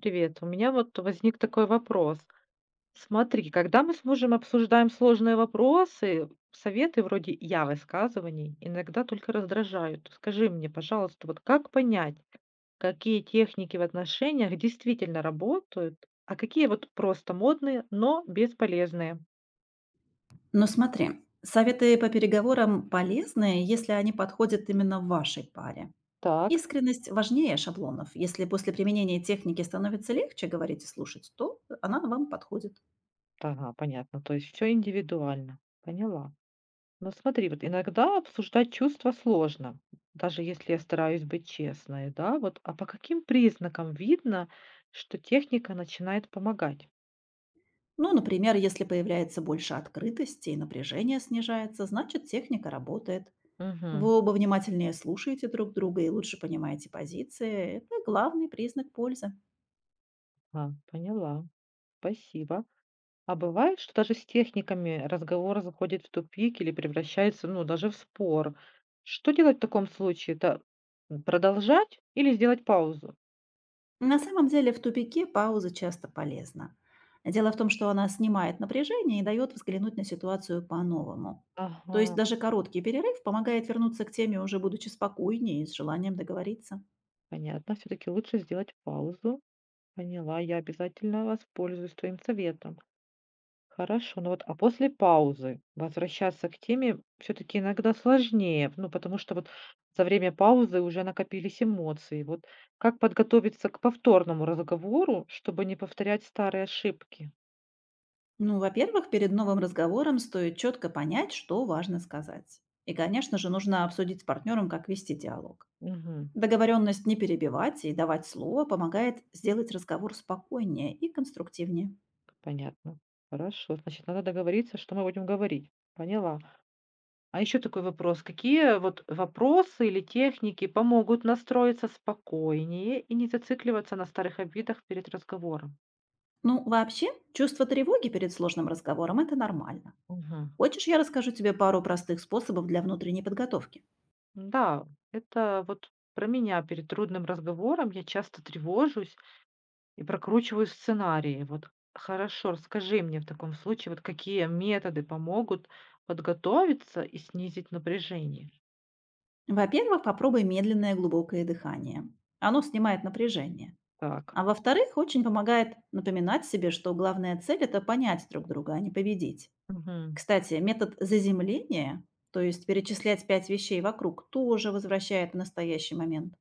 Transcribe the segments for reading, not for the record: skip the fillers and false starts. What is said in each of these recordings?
Привет. У меня вот возник такой вопрос. Смотри, когда мы с мужем обсуждаем сложные вопросы, советы вроде я высказываний иногда только раздражают. Скажи мне, пожалуйста, вот как понять, какие техники в отношениях действительно работают, а какие вот просто модные, но бесполезные? Но смотри, советы по переговорам полезны, если они подходят именно вашей паре. Так, Искренность важнее шаблонов. Если после применения техники становится легче говорить и слушать, то она вам подходит. ага, понятно. То есть все индивидуально. Поняла. Ну смотри, вот иногда обсуждать чувства сложно, даже если я стараюсь быть честной, да, вот. А по каким признакам видно, что техника начинает помогать? Ну, например, если появляется больше открытости и напряжение снижается, значит техника работает. Угу. Вы оба внимательнее слушаете друг друга и лучше понимаете позиции. Это главный признак пользы. А, поняла. Спасибо. А бывает, что даже с техниками разговор заходит в тупик или превращается, ну, даже в спор. Что делать в таком случае? Да продолжать или сделать паузу? На самом деле в тупике пауза часто полезна. Дело в том, что она снимает напряжение и дает взглянуть на ситуацию по-новому. То есть Ага, даже короткий перерыв помогает вернуться к теме, уже будучи спокойнее и с желанием договориться. понятно. Все-таки лучше сделать паузу. Поняла, я обязательно воспользуюсь твоим советом. Хорошо, ну вот, а после паузы возвращаться к теме все таки иногда сложнее, ну, потому что вот за время паузы уже накопились эмоции. Вот как подготовиться к повторному разговору, чтобы не повторять старые ошибки? Ну, во-первых, перед новым разговором стоит четко понять, что важно сказать. И, конечно же, нужно обсудить с партнером, как вести диалог. Мгм. Договоренность не перебивать и давать слово помогает сделать разговор спокойнее и конструктивнее. Понятно. Хорошо, значит, надо договориться, что мы будем говорить. Поняла. А еще такой вопрос: какие вот вопросы или техники помогут настроиться спокойнее и не зацикливаться на старых обидах перед разговором? Ну, вообще, чувство тревоги перед сложным разговором – это нормально. Мгм. Хочешь, я расскажу тебе пару простых способов для внутренней подготовки? Да, это вот про меня. Перед трудным разговором я часто тревожусь и прокручиваю сценарии. Вот хорошо, расскажи мне в таком случае, вот какие методы помогут подготовиться и снизить напряжение? Во-первых, попробуй медленное глубокое дыхание. Оно снимает напряжение. Так, А во-вторых, очень помогает напоминать себе, что главная цель – это понять друг друга, а не победить. мгм, Кстати, метод заземления, то есть перечислять пять вещей вокруг, тоже возвращает в настоящий момент.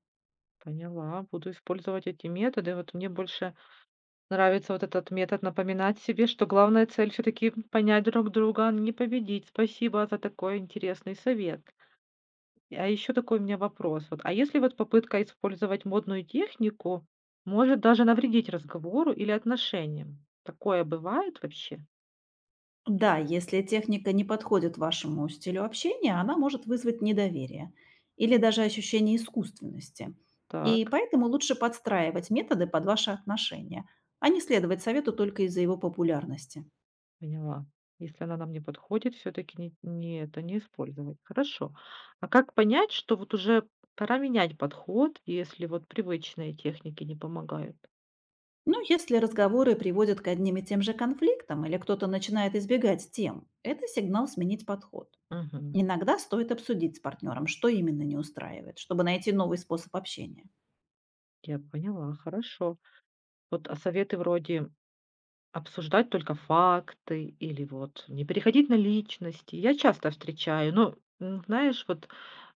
поняла. Буду использовать эти методы. Вот мне больше нравится вот этот метод напоминать себе, что главная цель все-таки понять друг друга, а не победить. Спасибо за такой интересный совет. А еще такой у меня вопрос. Вот, а если вот попытка использовать модную технику может даже навредить разговору или отношениям? Такое бывает вообще? Да, если техника не подходит вашему стилю общения, она может вызвать недоверие или даже ощущение искусственности. И Так, поэтому лучше подстраивать методы под ваши отношения, а не следовать совету только из-за его популярности. поняла. Если она нам не подходит, все-таки не, это не использовать. Хорошо. А как понять, что вот уже пора менять подход, если вот привычные техники не помогают? Но если разговоры приводят к одним и тем же конфликтам или кто-то начинает избегать тем, это сигнал сменить подход. Мгм. Иногда стоит обсудить с партнером, что именно не устраивает, чтобы найти новый способ общения. Я поняла, хорошо. Вот а советы вроде обсуждать только факты или вот не переходить на личности. Я часто встречаю, но, знаешь, вот,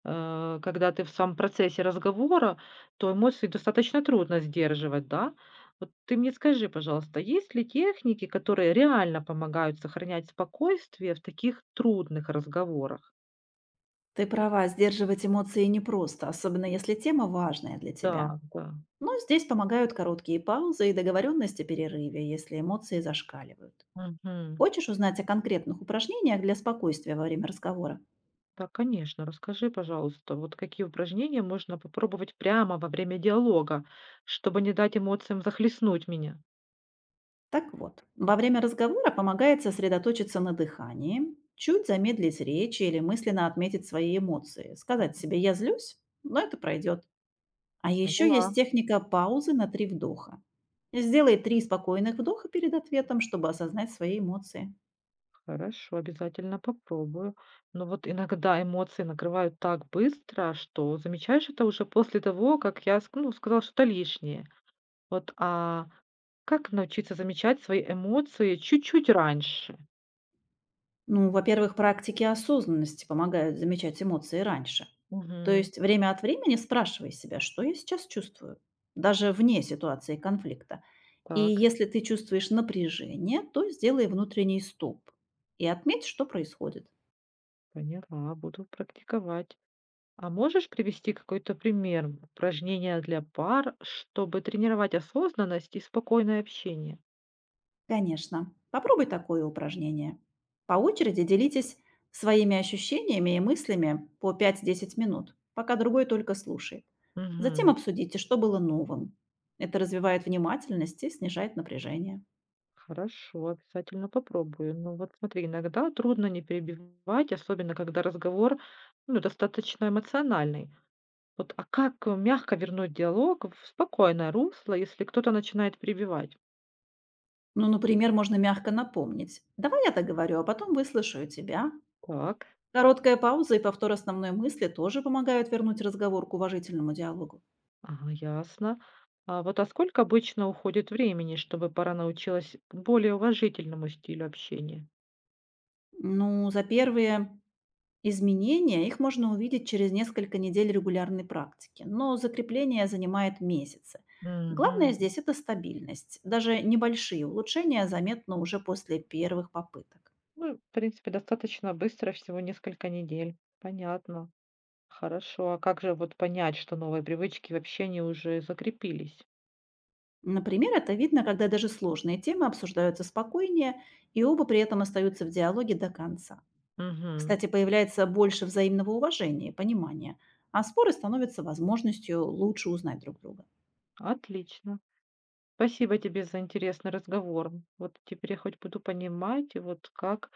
когда ты в самом процессе разговора, то эмоции достаточно трудно сдерживать, да. Вот ты мне скажи, пожалуйста, есть ли техники, которые реально помогают сохранять спокойствие в таких трудных разговорах? Ты права, сдерживать эмоции непросто, особенно если тема важная для тебя. Да, да. Но здесь помогают короткие паузы и договоренность о перерыве, если эмоции зашкаливают. Мгм. Хочешь узнать о конкретных упражнениях для спокойствия во время разговора? Да, конечно. Расскажи, пожалуйста, вот какие упражнения можно попробовать прямо во время диалога, чтобы не дать эмоциям захлестнуть меня? Так вот, во время разговора помогает сосредоточиться на дыхании, чуть замедлить речь или мысленно отметить свои эмоции, сказать Мгм. себе «я злюсь», но это пройдет. А еще есть Поняла. техника паузы на 3 вдоха. Сделай 3 спокойных вдоха перед ответом, чтобы осознать свои эмоции. Хорошо, обязательно попробую. Но вот иногда эмоции накрывают так быстро, что замечаешь это уже после того, как я, ну, сказала что-то лишнее. Вот, а как научиться замечать свои эмоции чуть-чуть раньше? Ну, во-первых, практики осознанности помогают замечать эмоции раньше. То Мгм. есть время от времени спрашивай себя, что я сейчас чувствую, даже вне ситуации конфликта. И Так, если ты чувствуешь напряжение, то сделай внутренний стоп и отметь, что происходит. поняла, буду практиковать. А можешь привести какой-то пример упражнения для пар, чтобы тренировать осознанность и спокойное общение? Конечно. Попробуй такое упражнение. По очереди делитесь своими ощущениями и мыслями по 5-10 минут, пока другой только слушает. Затем Мгм. обсудите, что было новым. Это развивает внимательность и снижает напряжение. Хорошо, обязательно попробую. Ну вот смотри, иногда трудно не перебивать, особенно когда разговор, ну, достаточно эмоциональный. Вот, а как мягко вернуть диалог в спокойное русло, если кто-то начинает перебивать? Ну, например, можно мягко напомнить. Давай я договорю, а потом выслушаю тебя. Так, Короткая пауза и повтор основной мысли тоже помогают вернуть разговор к уважительному диалогу. ага, ясно. А вот а сколько обычно уходит времени, чтобы пара научилась к более уважительному стилю общения? Ну, за первые изменения, их можно увидеть через несколько недель регулярной практики, но закрепление занимает месяцы. Главное Мгм. здесь это стабильность. Даже небольшие улучшения заметны уже после первых попыток. Ну, в принципе, достаточно быстро, всего несколько недель. Понятно. Хорошо. А как же вот понять, что новые привычки вообще не уже закрепились? Например, это видно, когда даже сложные темы обсуждаются спокойнее, и оба при этом остаются в диалоге до конца. Мгм. Кстати, появляется больше взаимного уважения и понимания, а споры становятся возможностью лучше узнать друг друга. Отлично. Спасибо тебе за интересный разговор. Вот теперь я хоть буду понимать, вот как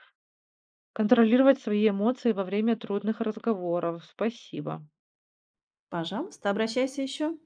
контролировать свои эмоции во время трудных разговоров. Спасибо. Пожалуйста, обращайся еще.